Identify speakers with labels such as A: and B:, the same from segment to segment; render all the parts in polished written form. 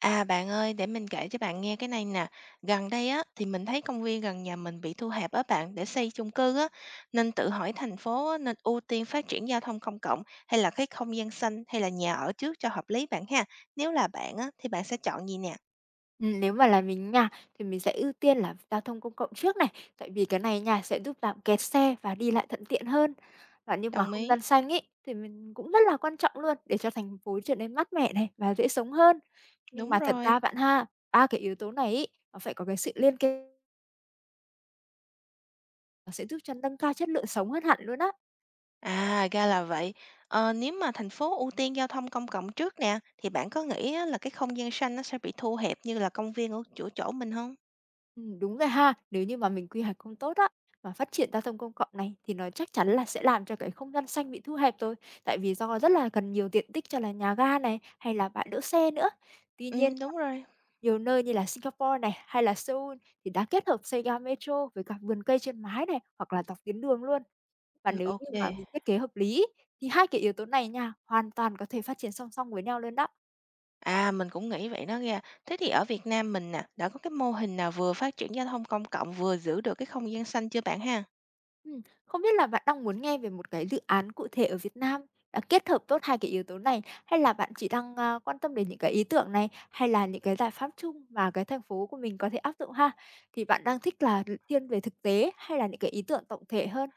A: À, bạn ơi, để mình kể cho bạn nghe cái này nè. Gần đây á thì mình thấy công viên gần nhà mình bị thu hẹp á bạn để xây chung cư á, nên tự hỏi thành phố á, nên ưu tiên phát triển giao thông công cộng hay là cái không gian xanh hay là nhà ở trước cho hợp lý bạn ha. Nếu là bạn á thì bạn sẽ chọn gì nè?
B: Nếu mà là mình nha, thì mình sẽ ưu tiên là giao thông công cộng trước này, tại vì cái này nha sẽ giúp giảm kẹt xe và đi lại thuận tiện hơn. Và nhưng mà
A: Đồng
B: không
A: ý,
B: gian xanh ý thì mình cũng rất là quan trọng luôn, để cho thành phố trở nên mát mẻ này và dễ sống hơn. Nhưng
A: đúng
B: mà thật
A: rồi.
B: ra bạn ha, 3 cái yếu tố này ý nó phải có cái sự liên kết, nó sẽ giúp cho nâng cao chất lượng sống hơn hẳn luôn á.
A: À, ra là vậy. Ờ, nếu mà thành phố ưu tiên giao thông công cộng trước nè, thì bạn có nghĩ á, là cái không gian xanh nó sẽ bị thu hẹp như là công viên ở chỗ chỗ mình không?
B: Đúng rồi ha. Nếu như mà mình quy hoạch không tốt á, mà phát triển giao thông công cộng này thì nó chắc chắn là sẽ làm cho cái không gian xanh bị thu hẹp thôi, tại vì do rất là cần nhiều tiện tích cho là nhà ga này, hay là bãi đỗ xe nữa. Tuy
A: Ừ,
B: nhiên,
A: đúng rồi.
B: nhiều nơi như là Singapore này, hay là Seoul thì đã kết hợp xây ga metro với cả vườn cây trên mái này, hoặc là dọc tuyến đường luôn. Và
A: Ừ,
B: nếu như
A: ok.
B: mà mình thiết kế hợp lý thì hai cái yếu tố này nha, hoàn toàn có thể phát triển song song với nhau luôn đó.
A: À, mình cũng nghĩ vậy đó nghe. Thế thì ở Việt Nam mình nè, đã có cái mô hình nào vừa phát triển giao thông công cộng vừa giữ được cái không gian xanh chưa bạn ha?
B: Không biết là bạn đang muốn nghe về một cái dự án cụ thể ở Việt Nam đã kết hợp tốt hai cái yếu tố này, hay là bạn chỉ đang, a, quan tâm đến những cái ý tưởng này, hay là những cái giải pháp chung mà cái thành phố của mình có thể áp dụng ha? Thì bạn đang thích là thiên về thực tế hay là những cái ý tưởng tổng thể hơn?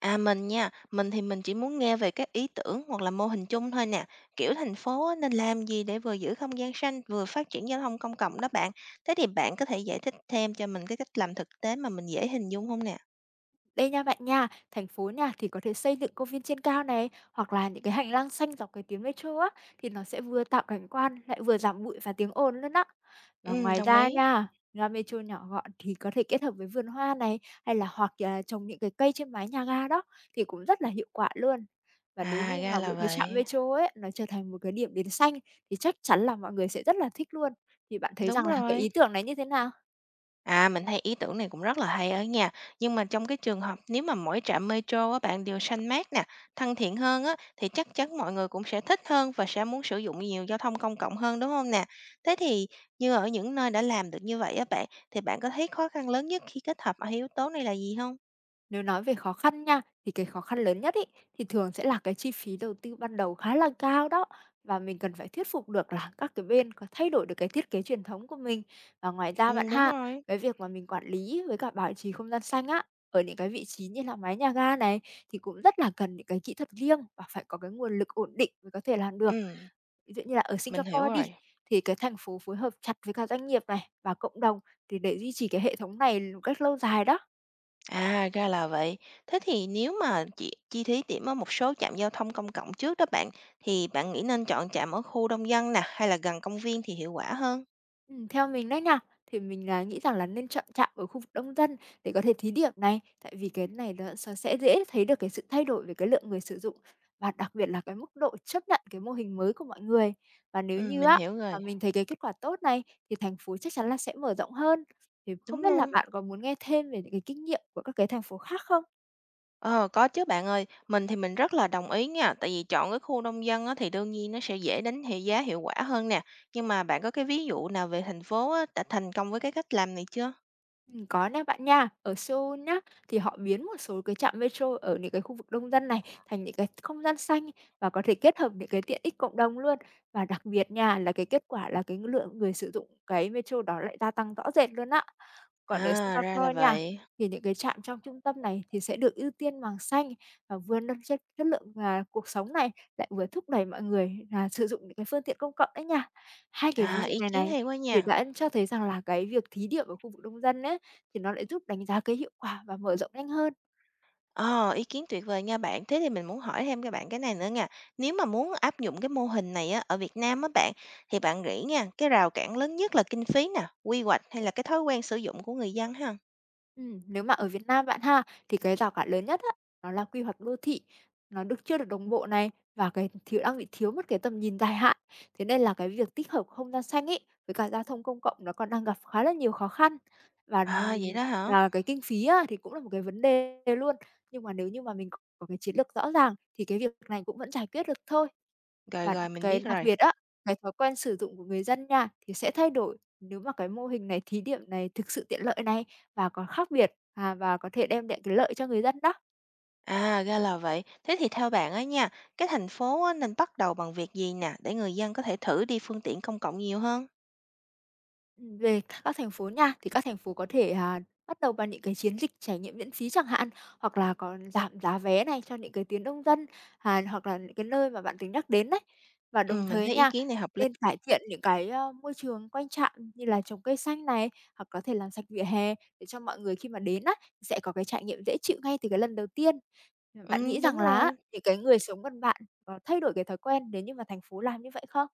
A: À mình nha, mình thì mình chỉ muốn nghe về các ý tưởng hoặc là mô hình chung thôi nè. Kiểu thành phố á, nên làm gì để vừa giữ không gian xanh vừa phát triển giao thông công cộng đó bạn. Thế thì bạn có thể giải thích thêm cho mình cái cách làm thực tế mà mình dễ hình dung không nè?
B: Đây nha bạn nha, thành phố nha thì có thể xây dựng công viên trên cao này hoặc là những cái hành lang xanh dọc cái tuyến metro á, thì nó sẽ vừa tạo cảnh quan lại vừa giảm bụi và tiếng ồn luôn á. Và
A: Ừ,
B: ngoài
A: đồng
B: ra
A: ý.
B: nha, ga metro nhỏ gọn thì có thể kết hợp với vườn hoa này, hay là hoặc là trồng những cái cây trên mái nhà ga đó thì cũng rất là hiệu quả luôn. Và nếu như
A: À, ra
B: mà
A: là
B: mỗi cái trạm
A: vậy.
B: metro ấy nó trở thành một cái điểm đến xanh, thì chắc chắn là mọi người sẽ rất là thích luôn. Thì bạn thấy
A: Đúng
B: rằng là cái ý
A: rồi.
B: tưởng này như thế nào?
A: À, mình thấy ý tưởng này cũng rất là hay ở nhà. Nhưng mà trong cái trường hợp nếu mà mỗi trạm metro á bạn đều xanh mát nè, thân thiện hơn á thì chắc chắn mọi người cũng sẽ thích hơn và sẽ muốn sử dụng nhiều giao thông công cộng hơn đúng không nè? Thế thì như ở những nơi đã làm được như vậy á bạn thì bạn có thấy khó khăn lớn nhất khi kết hợp hai yếu tố này là gì không?
B: Nếu nói về khó khăn nha, thì cái khó khăn lớn nhất ấy, thì thường sẽ là cái chi phí đầu tư ban đầu khá là cao đó. Và mình cần phải thuyết phục được là các cái bên có thay đổi được cái thiết kế truyền thống của mình. Và ngoài ra
A: Ừ,
B: bạn
A: đúng
B: ha,
A: rồi.
B: cái việc mà mình quản lý với cả bảo trì không gian xanh á, ở những cái vị trí như là mái nhà ga này thì cũng rất là cần những cái kỹ thuật riêng và phải có cái nguồn lực ổn định mới có thể làm được.
A: Ừ,
B: Ví dụ như là ở
A: mình hiểu
B: Singapore đi,
A: rồi.
B: thì cái thành phố phối hợp chặt với cả doanh nghiệp này và cộng đồng thì để duy trì cái hệ thống này một cách lâu dài đó.
A: À, ra là vậy. Thế thì nếu mà chị chi thí điểm ở một số trạm giao thông công cộng trước đó bạn, thì bạn nghĩ nên chọn trạm ở khu đông dân nè, hay là gần công viên thì hiệu quả hơn?
B: Theo mình đấy nha, thì mình là nghĩ rằng là nên chọn trạm ở khu vực đông dân để có thể thí điểm này, tại vì cái này nó sẽ dễ thấy được cái sự thay đổi về cái lượng người sử dụng và đặc biệt là cái mức độ chấp nhận cái mô hình mới của mọi người. Và nếu
A: Ừ,
B: như
A: mình
B: á,
A: hiểu rồi.
B: mà mình thấy cái kết quả tốt này thì thành phố chắc chắn là sẽ mở rộng hơn. Thì không
A: Đúng
B: biết là
A: luôn.
B: bạn có muốn nghe thêm về những cái kinh nghiệm của các cái thành phố khác không?
A: Ờ, có chứ bạn ơi. Mình thì mình rất là đồng ý nha. Tại vì chọn cái khu đông dân á, thì đương nhiên nó sẽ dễ đánh hiệu giá hiệu quả hơn nè. Nhưng mà bạn có cái ví dụ nào về thành phố á, đã thành công với cái cách làm này chưa?
B: Có nè bạn nha. Ở Seoul nhá, thì họ biến một số cái trạm metro ở những cái khu vực đông dân này thành những cái không gian xanh và có thể kết hợp những cái tiện ích cộng đồng luôn. Và đặc biệt nha, là cái kết quả là cái lượng người sử dụng cái metro đó lại gia tăng rõ rệt luôn ạ. Còn ở
A: À, ra là
B: Singapore nha,
A: vậy.
B: thì những cái trạm trong trung tâm này thì sẽ được ưu tiên màng xanh và vừa nâng chất chất lượng, và cuộc sống này, lại vừa thúc đẩy mọi người là sử dụng những cái phương tiện công cộng đấy nha. Hai cái ví
A: À,
B: dụ
A: ý
B: này
A: kiến
B: này
A: hay quá
B: thì
A: nha.
B: đã cho thấy rằng là cái việc thí điểm ở khu vực đông dân ấy, thì nó lại giúp đánh giá cái hiệu quả và mở rộng nhanh hơn.
A: Ờ, ý kiến tuyệt vời nha bạn. Thế thì mình muốn hỏi thêm các bạn cái này nữa nha. Nếu mà muốn áp dụng cái mô hình này á, ở Việt Nam á bạn, thì bạn nghĩ nha, cái rào cản lớn nhất là kinh phí nè, quy hoạch hay là cái thói quen sử dụng của người dân ha?
B: Nếu mà ở Việt Nam bạn ha, thì cái rào cản lớn nhất á, nó là quy hoạch đô thị, nó chưa được đồng bộ này, và cái thiếu đang bị thiếu mất cái tầm nhìn dài hạn. Thế nên là cái việc tích hợp không gian xanh ấy, với cả giao thông công cộng nó còn đang gặp khá là nhiều khó khăn. Và
A: À, vậy
B: mình
A: đó hả?
B: và cái kinh phí á, thì cũng là một cái vấn đề luôn, nhưng mà nếu như mà mình có cái chiến lược rõ ràng thì cái việc này cũng vẫn giải quyết được thôi.
A: Rồi
B: Và
A: rồi, mình
B: cái
A: biết
B: đặc
A: rồi.
B: biệt á, cái thói quen sử dụng của người dân nha, thì sẽ thay đổi nếu mà cái mô hình này, thí điểm này thực sự tiện lợi này và còn khác biệt, và có thể đem lại cái lợi cho người dân đó.
A: À, ra là vậy. Thế thì theo bạn á nha, cái thành phố á, nên bắt đầu bằng việc gì nè, để người dân có thể thử đi phương tiện công cộng nhiều hơn?
B: Về các thành phố nha, thì các thành phố có thể, bắt đầu bằng những cái chiến dịch trải nghiệm miễn phí chẳng hạn, hoặc là còn giảm giá vé này cho những cái tuyến đông dân, hoặc là những cái nơi mà bạn tính nhắc đến đấy. Và
A: Ừ,
B: đồng
A: mình
B: thời
A: thấy ý
B: nha,
A: kiến này hợp lý.
B: nên cải thiện những cái, môi trường quanh trạm như là trồng cây xanh này, hoặc có thể làm sạch vỉa hè để cho mọi người khi mà đến á, sẽ có cái trải nghiệm dễ chịu ngay từ cái lần đầu tiên. Bạn nghĩ
A: Ừ,
B: rằng
A: đúng
B: là á,
A: rồi.
B: những cái người sống gần bạn có thay đổi cái thói quen nếu như mà thành phố làm như vậy không?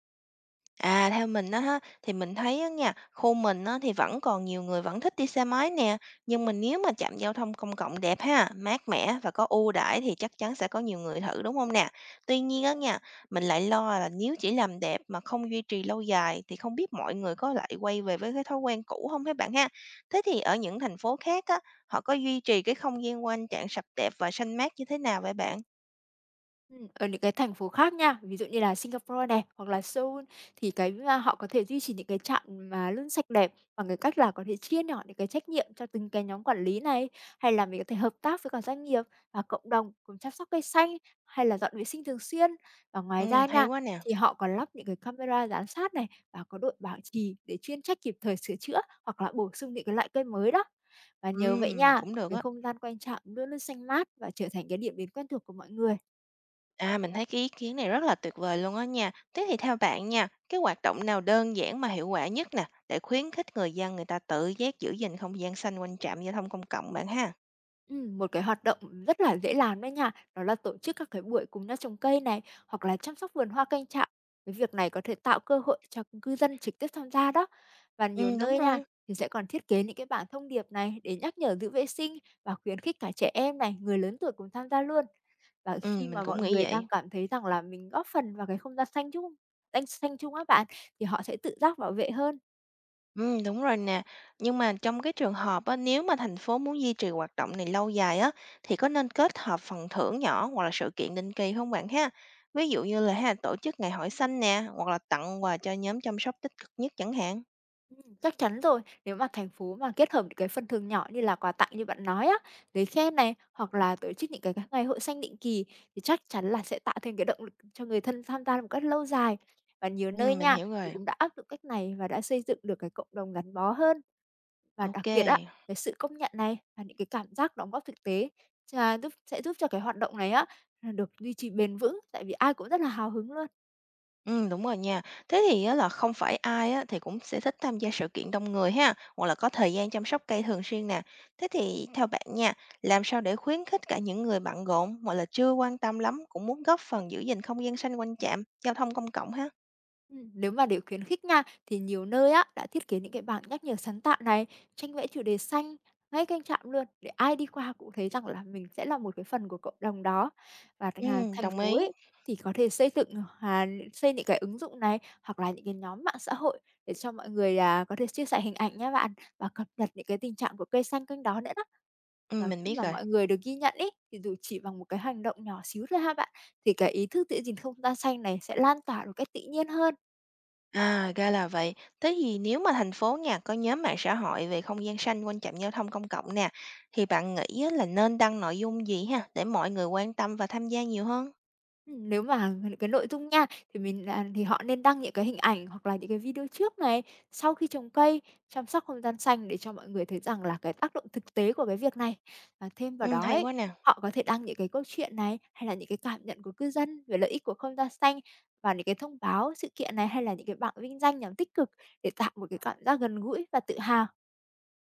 A: À, theo mình á ha, thì mình thấy á nha, khu mình á thì vẫn còn nhiều người vẫn thích đi xe máy nè, nhưng mà nếu mà trạm giao thông công cộng đẹp ha, mát mẻ và có ưu đãi thì chắc chắn sẽ có nhiều người thử đúng không nè? Tuy nhiên á nha, mình lại lo là nếu chỉ làm đẹp mà không duy trì lâu dài thì không biết mọi người có lại quay về với cái thói quen cũ không các bạn ha. Thế thì ở những thành phố khác á, họ có duy trì cái không gian quanh trạm sạch đẹp và xanh mát như thế nào vậy bạn?
B: Ở những cái thành phố khác nha, ví dụ như là Singapore này, hoặc là Seoul thì cái, họ có thể duy trì những cái trạm mà luôn sạch đẹp bằng cái cách là có thể chia nhỏ những cái trách nhiệm cho từng cái nhóm quản lý này, hay là mình có thể hợp tác với cả doanh nghiệp và cộng đồng cùng chăm sóc cây xanh, hay là dọn vệ sinh thường xuyên. Và ngoài
A: Ừ,
B: ra
A: hay
B: nha,
A: quá nè.
B: thì họ còn lắp những cái camera giám sát này và có đội bảo trì để chuyên trách kịp thời sửa chữa hoặc là bổ sung những cái loại cây mới đó. Và nhờ
A: Ừ,
B: vậy nha,
A: cũng được
B: cái
A: á.
B: không gian quanh trạm luôn luôn xanh mát và trở thành cái điểm đến quen thuộc của mọi người.
A: À, mình thấy cái ý kiến này rất là tuyệt vời luôn á nha. Thế thì theo bạn nha, cái hoạt động nào đơn giản mà hiệu quả nhất nè, để khuyến khích người dân người ta tự giác giữ gìn không gian xanh quanh trạm giao thông công cộng bạn ha?
B: Một cái hoạt động rất là dễ làm đấy nha, đó là tổ chức các cái buổi cùng nhau trồng cây này, hoặc là chăm sóc vườn hoa kênh trạm. Cái việc này có thể tạo cơ hội cho cư dân trực tiếp tham gia đó. Và nhiều
A: Ừ, đúng
B: nơi nha,
A: rồi.
B: thì sẽ còn thiết kế những cái bảng thông điệp này để nhắc nhở giữ vệ sinh và khuyến khích cả trẻ em này, người lớn tuổi cùng tham gia luôn. Và
A: Ừ,
B: khi
A: mình
B: mà mọi
A: cũng nghĩ
B: người
A: vậy.
B: đang cảm thấy rằng là mình góp phần vào cái không gian xanh chung, xanh xanh chung á bạn, thì họ sẽ tự giác bảo vệ hơn.
A: Ừ, đúng rồi nè. Nhưng mà trong cái trường hợp á, nếu mà thành phố muốn duy trì hoạt động này lâu dài á, thì có nên kết hợp phần thưởng nhỏ hoặc là sự kiện định kỳ không bạn ha? Ví dụ như là ha, tổ chức ngày hội xanh nè, hoặc là tặng quà cho nhóm chăm sóc tích cực nhất chẳng hạn.
B: Chắc chắn rồi. Nếu mà thành phố mà kết hợp những cái phần thưởng nhỏ như là quà tặng như bạn nói á, giấy khen này, hoặc là tổ chức những cái các ngày hội xanh định kỳ thì chắc chắn là sẽ tạo thêm cái động lực cho người thân tham gia một cách lâu dài. Và nhiều
A: Ừ,
B: nơi
A: mình
B: nha,
A: hiểu
B: thì
A: rồi.
B: cũng đã áp dụng cách này và đã xây dựng được cái cộng đồng gắn bó hơn. Và đặc
A: Ok.
B: biệt á, cái sự công nhận này và những cái cảm giác đóng góp thực tế, sẽ giúp cho cái hoạt động này á, được duy trì bền vững, tại vì ai cũng rất là hào hứng luôn.
A: Đúng rồi nha. Thế thì á là không phải ai á thì cũng sẽ thích tham gia sự kiện đông người ha, hoặc là có thời gian chăm sóc cây thường xuyên nè. Thế thì theo bạn nha, làm sao để khuyến khích cả những người bận rộn hoặc là chưa quan tâm lắm cũng muốn góp phần giữ gìn không gian xanh quanh trạm, giao thông công cộng ha?
B: Nếu mà để khuyến khích nha, thì nhiều nơi á đã thiết kế những cái bảng nhắc nhở sáng tạo này, tranh vẽ chủ đề xanh ngay kênh trạm luôn để ai đi qua cũng thấy rằng là mình sẽ là một cái phần của cộng đồng đó. Và thành là thành
A: Đồng
B: phố
A: ý.
B: ấy thì có thể xây dựng, à, xây những cái ứng dụng này hoặc là những cái nhóm mạng xã hội để cho mọi người có thể chia sẻ hình ảnh nhé bạn và cập nhật những cái tình trạng của cây xanh kênh đó nữa đó. Và
A: Mình
B: khi
A: biết
B: mà
A: rồi.
B: mọi người được ghi nhận ý, thì dù chỉ bằng một cái hành động nhỏ xíu thôi ha bạn, thì cái ý thức giữ gìn không gian xanh này sẽ lan tỏa một cách tự nhiên hơn.
A: À, ra là vậy. Thế thì nếu mà thành phố nha có nhóm mạng xã hội về không gian xanh quanh trạm giao thông công cộng nè, thì bạn nghĩ á là nên đăng nội dung gì ha để mọi người quan tâm và tham gia nhiều hơn?
B: Nếu mà cái nội dung nha, thì mình là thì họ nên đăng những cái hình ảnh hoặc là những cái video trước này, sau khi trồng cây, chăm sóc không gian xanh để cho mọi người thấy rằng là cái tác động thực tế của cái việc này. Và thêm vào đó
A: Hay
B: ấy,
A: quá nè.
B: họ có thể đăng những cái câu chuyện này, hay là những cái cảm nhận của cư dân về lợi ích của không gian xanh và những cái thông báo sự kiện này, hay là những cái bảng vinh danh nhằm tích cực để tạo một cái cảm giác gần gũi và tự hào.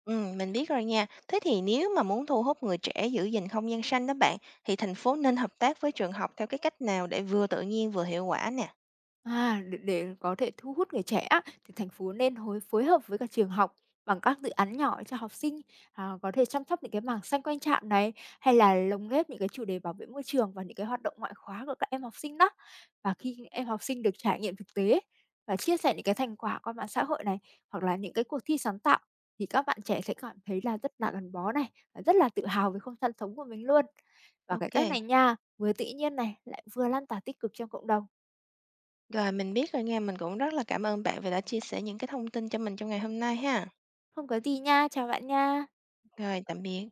A: Mình biết rồi nha. Thế thì nếu mà muốn thu hút người trẻ giữ gìn không gian xanh đó bạn, thì thành phố nên hợp tác với trường học theo cái cách nào để vừa tự nhiên vừa hiệu quả nè?
B: À, để có thể thu hút người trẻ á, thì thành phố nên phối hợp với các trường học bằng các dự án nhỏ cho học sinh, có thể chăm sóc những cái mảng xanh quanh trạm này, hay là lồng ghép những cái chủ đề bảo vệ môi trường vào những cái hoạt động ngoại khóa của các em học sinh đó. Và khi những em học sinh được trải nghiệm thực tế và chia sẻ những cái thành quả qua mạng xã hội này, hoặc là những cái cuộc thi sáng tạo, thì các bạn trẻ sẽ cảm thấy là rất là gắn bó này, và rất là tự hào với không gian sống của mình luôn. Và cái
A: Ok,
B: cách này nha, vừa tự nhiên này, lại vừa lan tỏa tích cực trong cộng đồng.
A: rồi mình biết rồi nha. Mình cũng rất là cảm ơn bạn vì đã chia sẻ những cái thông tin cho mình trong ngày hôm nay ha.
B: Không có gì nha, chào bạn nha.
A: Rồi, tạm biệt.